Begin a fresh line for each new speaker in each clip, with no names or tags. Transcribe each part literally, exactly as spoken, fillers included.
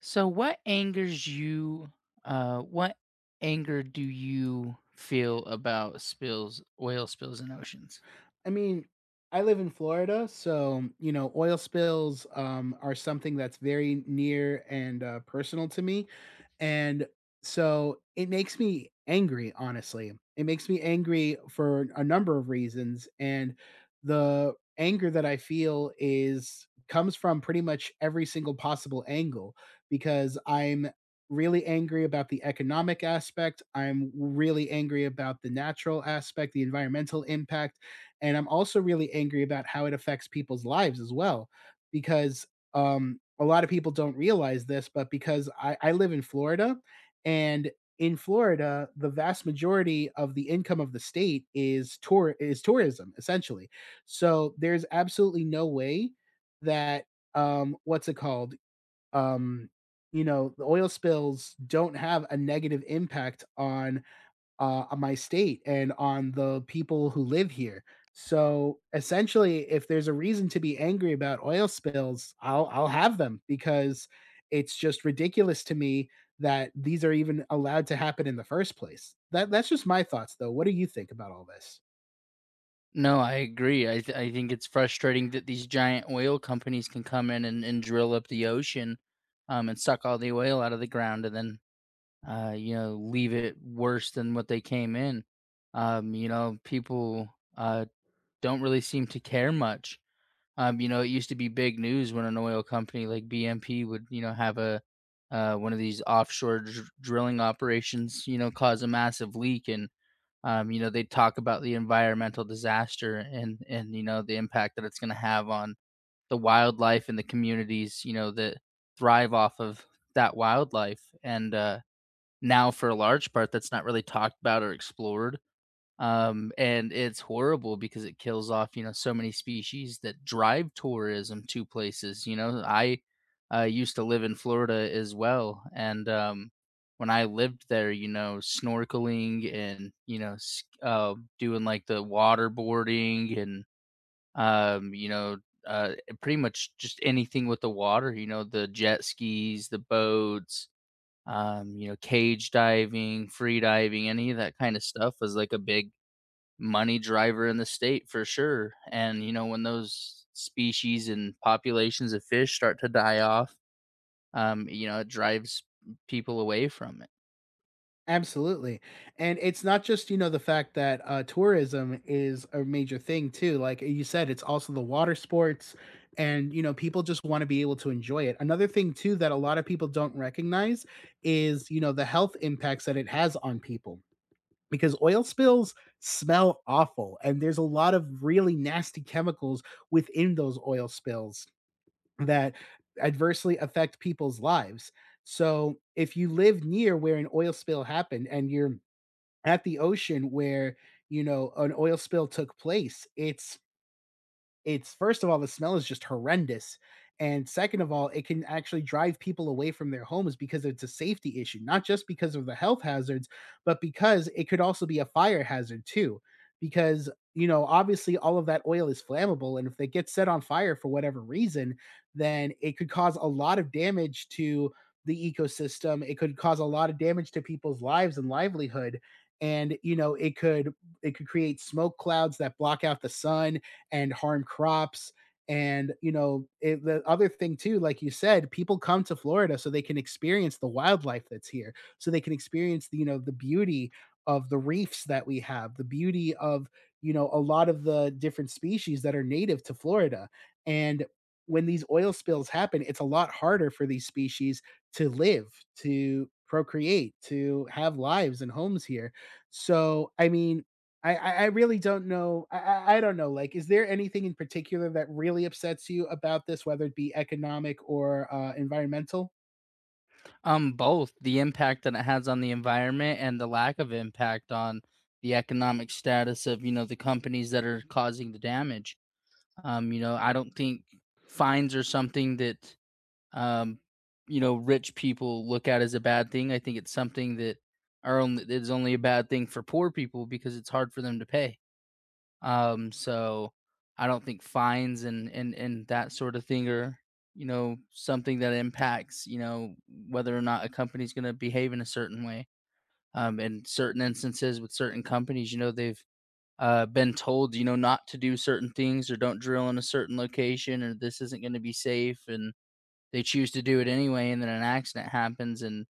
So what angers you? Uh what anger do you feel about spills, oil spills in oceans?
I mean, I live in Florida, so, you know, oil spills, um, are something that's very near and, uh, personal to me, and so it makes me angry, honestly. It makes me angry for a number of reasons, and the anger that I feel is comes from pretty much every single possible angle because I'm really angry about the economic aspect, I'm really angry about the natural aspect, the environmental impact, and I'm also really angry about how it affects people's lives as well, because um, a lot of people don't realize this, but because I, I live in Florida, and in Florida, the vast majority of the income of the state is tour is tourism essentially. So there's absolutely no way that um, what's it called? Um, you know, the oil spills don't have a negative impact on uh, on my state and on the people who live here. So essentially, if there's a reason to be angry about oil spills, I'll I'll have them because it's just ridiculous to me that these are even allowed to happen in the first place. That that's just my thoughts, though. What do you think about all this?
No, I agree. I th- I think it's frustrating that these giant oil companies can come in and, and drill up the ocean um and suck all the oil out of the ground and then uh you know leave it worse than what they came in. Um you know, people uh don't really seem to care much. Um, you know, it used to be big news when an oil company like B M P would, you know, have a uh, one of these offshore dr- drilling operations, you know, cause a massive leak, and um, you know, they talk about the environmental disaster, and and you know the impact that it's going to have on the wildlife and the communities, you know, that thrive off of that wildlife. And uh, now, for a large part, that's not really talked about or explored, um, and it's horrible because it kills off, you know, so many species that drive tourism to places. You know i uh, used to live in Florida as well, and um, when I lived there, you know, snorkeling and, you know, s- uh, doing like the waterboarding and, um, you know uh, pretty much just anything with the water, you know, the jet skis, the boats, um, you know, cage diving, free diving, any of that kind of stuff was like a big money driver in the state for sure. And you know, when those species and populations of fish start to die off, um, you know, it drives people away from it.
Absolutely. And it's not just, you know, the fact that uh, tourism is a major thing too. Like you said, it's also the water sports and, you know, people just want to be able to enjoy it. Another thing too that a lot of people don't recognize is, you know, the health impacts that it has on people because oil spills smell awful and there's a lot of really nasty chemicals within those oil spills that adversely affect people's lives. So, if you live near where an oil spill happened and you're at the ocean where, you know, an oil spill took place, it's it's first of all, the smell is just horrendous. And second of all, it can actually drive people away from their homes because it's a safety issue, not just because of the health hazards, but because it could also be a fire hazard too. Because, you know, obviously all of that oil is flammable. And if they get set on fire for whatever reason, then it could cause a lot of damage to the ecosystem. It could cause a lot of damage to people's lives and livelihood. And you know, it could it could create smoke clouds that block out the sun and harm crops, and you know it. The other thing too, like you said, people come to Florida so they can experience the wildlife that's here, so they can experience the, you know the beauty of the reefs that we have, the beauty of you know a lot of the different species that are native to Florida. And when these oil spills happen, it's a lot harder for these species to live, to procreate, to have lives and homes here. So I mean, I, I I really don't know. I, I I don't know. Like, is there anything in particular that really upsets you about this, whether it be economic or uh, environmental?
Um, both the impact that it has on the environment and the lack of impact on the economic status of, you know, the companies that are causing the damage. Um, you know, I don't think fines are something that, um, you know, rich people look at as a bad thing. I think it's something that are only it's only a bad thing for poor people because it's hard for them to pay. Um, so I don't think fines and and and that sort of thing are, you know, something that impacts, you know, whether or not a company's going to behave in a certain way. Um, in certain instances with certain companies, you know, they've uh, been told, you know, not to do certain things, or don't drill in a certain location, or this isn't going to be safe, and they choose to do it anyway, and then an accident happens, and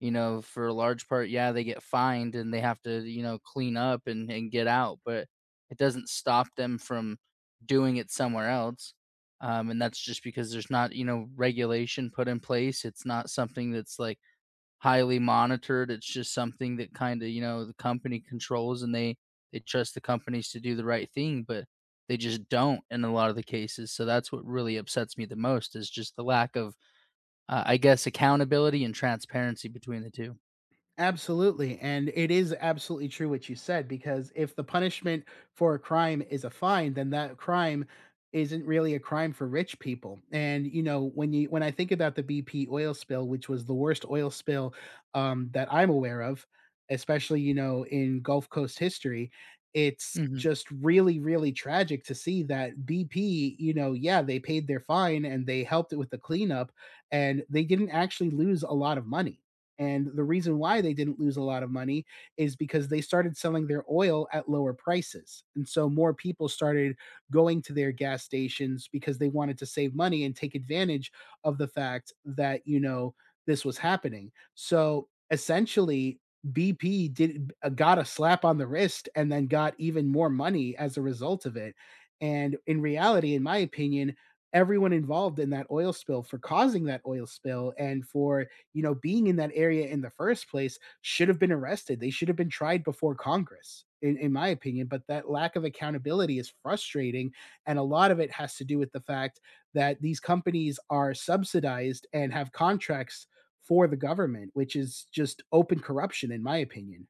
you know, for a large part, yeah, they get fined and they have to, you know, clean up and, and get out, but it doesn't stop them from doing it somewhere else, um, and that's just because there's not, you know, regulation put in place. It's not something that's like highly monitored. It's just something that kind of, you know, the company controls, and they they trust the companies to do the right thing, but they just don't in a lot of the cases. So that's what really upsets me the most is just the lack of, uh, I guess, accountability and transparency between the two.
Absolutely. And it is absolutely true what you said, because if the punishment for a crime is a fine, then that crime isn't really a crime for rich people. And you know, when you when I think about the B P oil spill, which was the worst oil spill um, that I'm aware of, especially you know in Gulf Coast history, it's
Mhm.
just really really tragic to see that B P, you know, yeah, they paid their fine and they helped it with the cleanup, and they didn't actually lose a lot of money. And the reason why they didn't lose a lot of money is because they started selling their oil at lower prices. And so more people started going to their gas stations because they wanted to save money and take advantage of the fact that, you know, this was happening. So essentially, B P did uh, got a slap on the wrist and then got even more money as a result of it. And in reality, in my opinion, everyone involved in that oil spill for causing that oil spill and for you know, being in that area in the first place should have been arrested. They should have been tried before Congress, in, in my opinion. But that lack of accountability is frustrating. And a lot of it has to do with the fact that these companies are subsidized and have contracts for the government, which is just open corruption, in my opinion.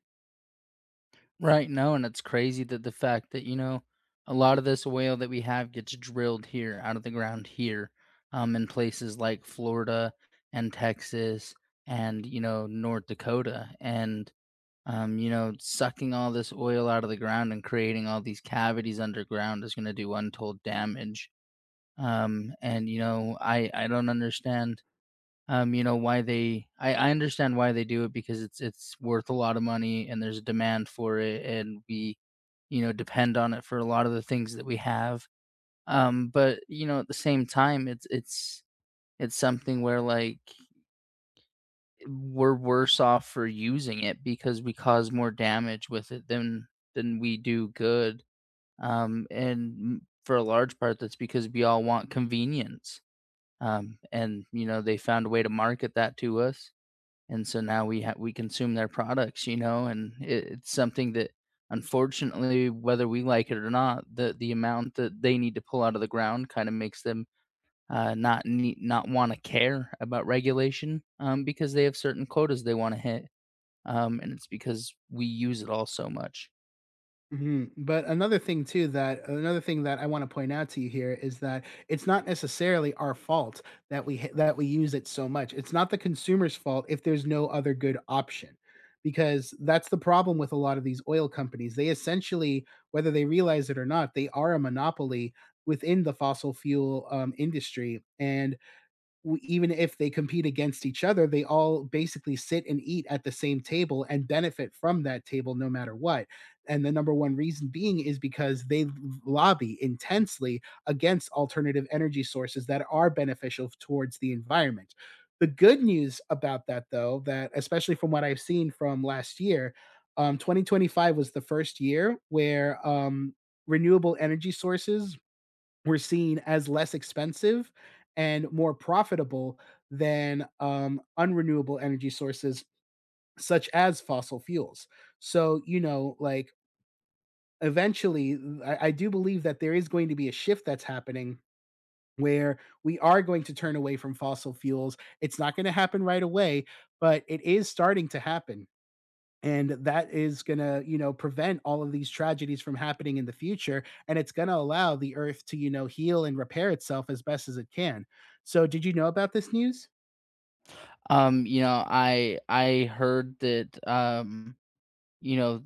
Right, no, and it's crazy, that the fact that, you know, a lot of this oil that we have gets drilled here out of the ground here, um, in places like Florida and Texas and, you know, North Dakota, and um, you know, sucking all this oil out of the ground and creating all these cavities underground is gonna do untold damage. Um, and, you know, I I don't understand, um, you know why they I, I understand why they do it, because it's it's worth a lot of money and there's a demand for it and we, you know, depend on it for a lot of the things that we have, um but you know, at the same time, it's it's it's something where, like, we're worse off for using it because we cause more damage with it than than we do good, um and m- for a large part that's because we all want convenience, um and you know, they found a way to market that to us, and so now we ha- we consume their products, you know, and it, it's something that, unfortunately, whether we like it or not, the the amount that they need to pull out of the ground kind of makes them, uh, not need, not want to care about regulation, um, because they have certain quotas they want to hit, um, and it's because we use it all so much.
Mhm, but another thing too that another thing that I wanna point out to you here is that it's not necessarily our fault that we ha that we use it so much. It's not the consumer's fault if there's no other good option, because that's the problem with a lot of these oil companies. They essentially, whether they realize it or not, they are a monopoly within the fossil fuel um, industry, and even if they compete against each other, they all basically sit and eat at the same table and benefit from that table no matter what. And the number one reason being is because they lobby intensely against alternative energy sources that are beneficial towards the environment. The good news about that, though, that especially from what I've seen from last year, um, twenty twenty-five was the first year where um, renewable energy sources were seen as less expensive and more profitable than um, unrenewable energy sources such as fossil fuels. So, you know, like, eventually, I, I do believe that there is going to be a shift that's happening where we are going to turn away from fossil fuels. It's not going to happen right away, but it is starting to happen, and that is going to you know prevent all of these tragedies from happening in the future, and it's going to allow the earth to you know heal and repair itself as best as it can. So did you know about this news?
Um, you know, i i heard that, um, you know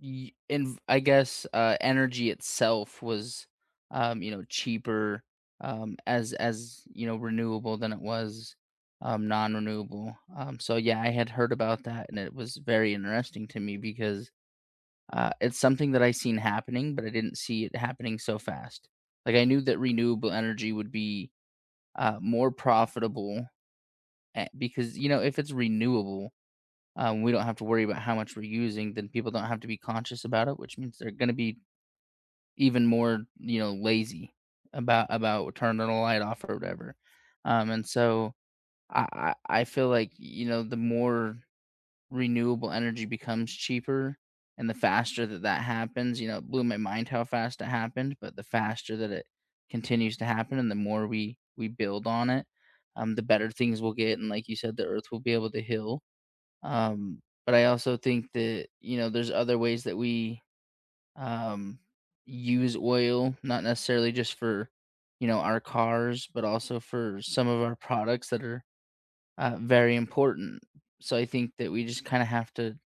y- and I guess, uh, energy itself was, um, you know, cheaper, um, as as you know, renewable than it was, um, non-renewable. Um, so yeah, I had heard about that, and it was very interesting to me because, uh, it's something that I seen happening, but I didn't see it happening so fast. Like, I knew that renewable energy would be, uh, more profitable, eh, because you know, if it's renewable, um, we don't have to worry about how much we're using, then people don't have to be conscious about it, which means they're going to be even more, you know, lazy about about turning the light off or whatever. Um, and so I I I feel like, you know, the more renewable energy becomes cheaper and the faster that that happens, you know, it blew my mind how fast it happened, but the faster that it continues to happen and the more we we build on it, um, the better things will get. And like you said, the earth will be able to heal. Um, but I also think that, you know, there's other ways that we, um, use oil, not necessarily just for, you know, our cars, but also for some of our products that are, uh, very important. So I think that we just kind of have to,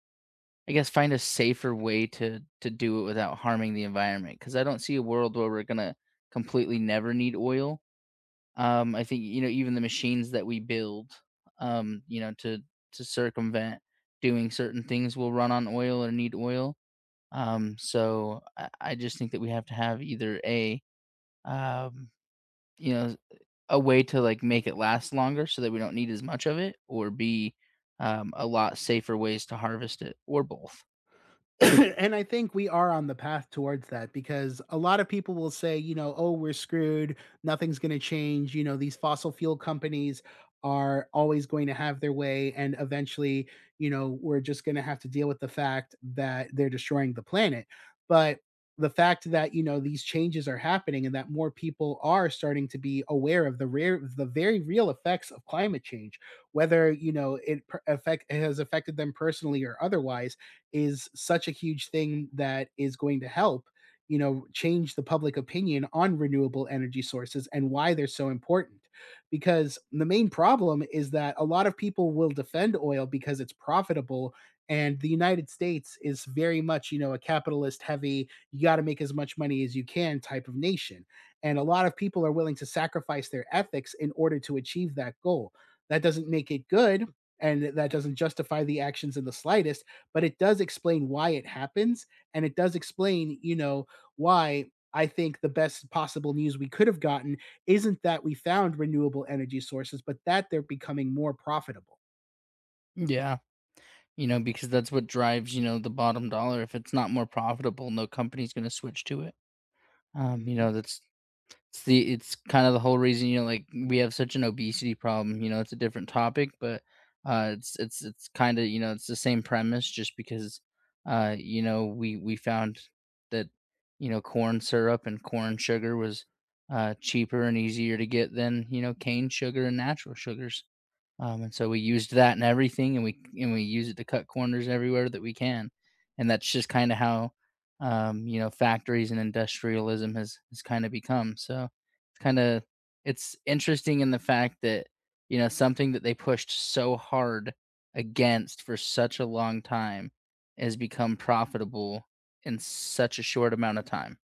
I guess, find a safer way to to do it without harming the environment. Because I don't see a world where we're gonna completely never need oil. Um, I think, you know, even the machines that we build, um, you know, to to circumvent doing certain things will run on oil or need oil, um, so I, I just think that we have to have either a, um, you know a way to like make it last longer so that we don't need as much of it, or b, um, a lot safer ways to harvest it, or both.
And I think we are on the path towards that, because a lot of people will say, you know, oh, we're screwed. Nothing's going to change. You know, these fossil fuel companies are always going to have their way. And eventually, you know, we're just going to have to deal with the fact that they're destroying the planet. But the fact that, you know, these changes are happening and that more people are starting to be aware of the rare, the very real effects of climate change, whether, you know, it per- affect, it has affected them personally or otherwise, is such a huge thing that is going to help you know change the public opinion on renewable energy sources and why they're so important. Because the main problem is that a lot of people will defend oil because it's profitable, and the United States is very much you know a capitalist heavy you got to make as much money as you can type of nation, and a lot of people are willing to sacrifice their ethics in order to achieve that goal. That doesn't make it good, and that doesn't justify the actions in the slightest, but it does explain why it happens. And it does explain, you know why I think the best possible news we could have gotten isn't that we found renewable energy sources, but that they're becoming more profitable.
Yeah. You know, because that's what drives, you know, the bottom dollar. If it's not more profitable, no company's going to switch to it. Um, you
Mm-hmm.
know, that's It's the it's kind of the whole reason, you know, like, we have such an obesity problem, you know, it's a different topic, but uh it's it's it's kind of, you know, it's the same premise. Just because, uh you know, we we found that, you know, corn syrup and corn sugar was, uh cheaper and easier to get than, you know, cane sugar and natural sugars. Um, and so we used that and everything, and we and we use it to cut corners everywhere that we can, and that's just kind of how, um, you know, factories and industrialism has has kind of become. So it's kind of it's interesting, in the fact that, you know, something that they pushed so hard against for such a long time has become profitable in such a short amount of time.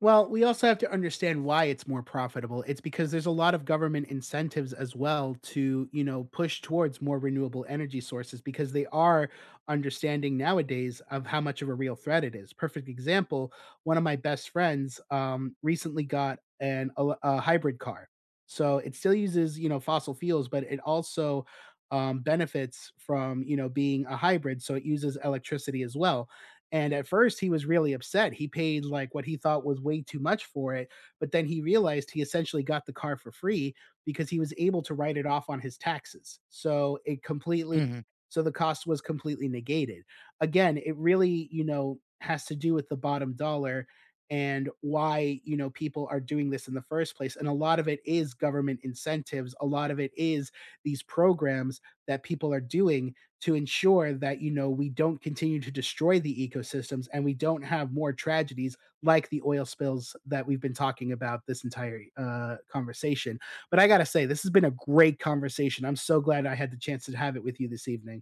Well, we also have to understand why it's more profitable. It's because there's a lot of government incentives as well to, you know, push towards more renewable energy sources because they are understanding nowadays of how much of a real threat it is. Perfect example, one of my best friends um, recently got an el- a hybrid car. So it still uses, you know, fossil fuels, but it also um, benefits from, you know, being a hybrid. So it uses electricity as well, and at first, he was really upset. He paid like what he thought was way too much for it, but then he realized he essentially got the car for free because he was able to write it off on his taxes. So it completely,
Hmm.
so the cost was completely negated. Again, it really, you know, has to do with the bottom dollar and why you know people are doing this in the first place, and a lot of it is government incentives, a lot of it is these programs that people are doing to ensure that you know we don't continue to destroy the ecosystems and we don't have more tragedies like the oil spills that we've been talking about this entire uh, conversation. But I gotta say, this has been a great conversation. I'm so glad I had the chance to have it with you this evening.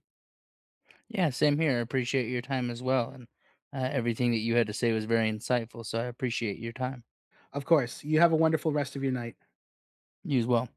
Yeah, same here. I appreciate your time as well, and uh, everything that you had to say was very insightful. So I appreciate your time.
Of course, you have a wonderful rest of your night.
You as well.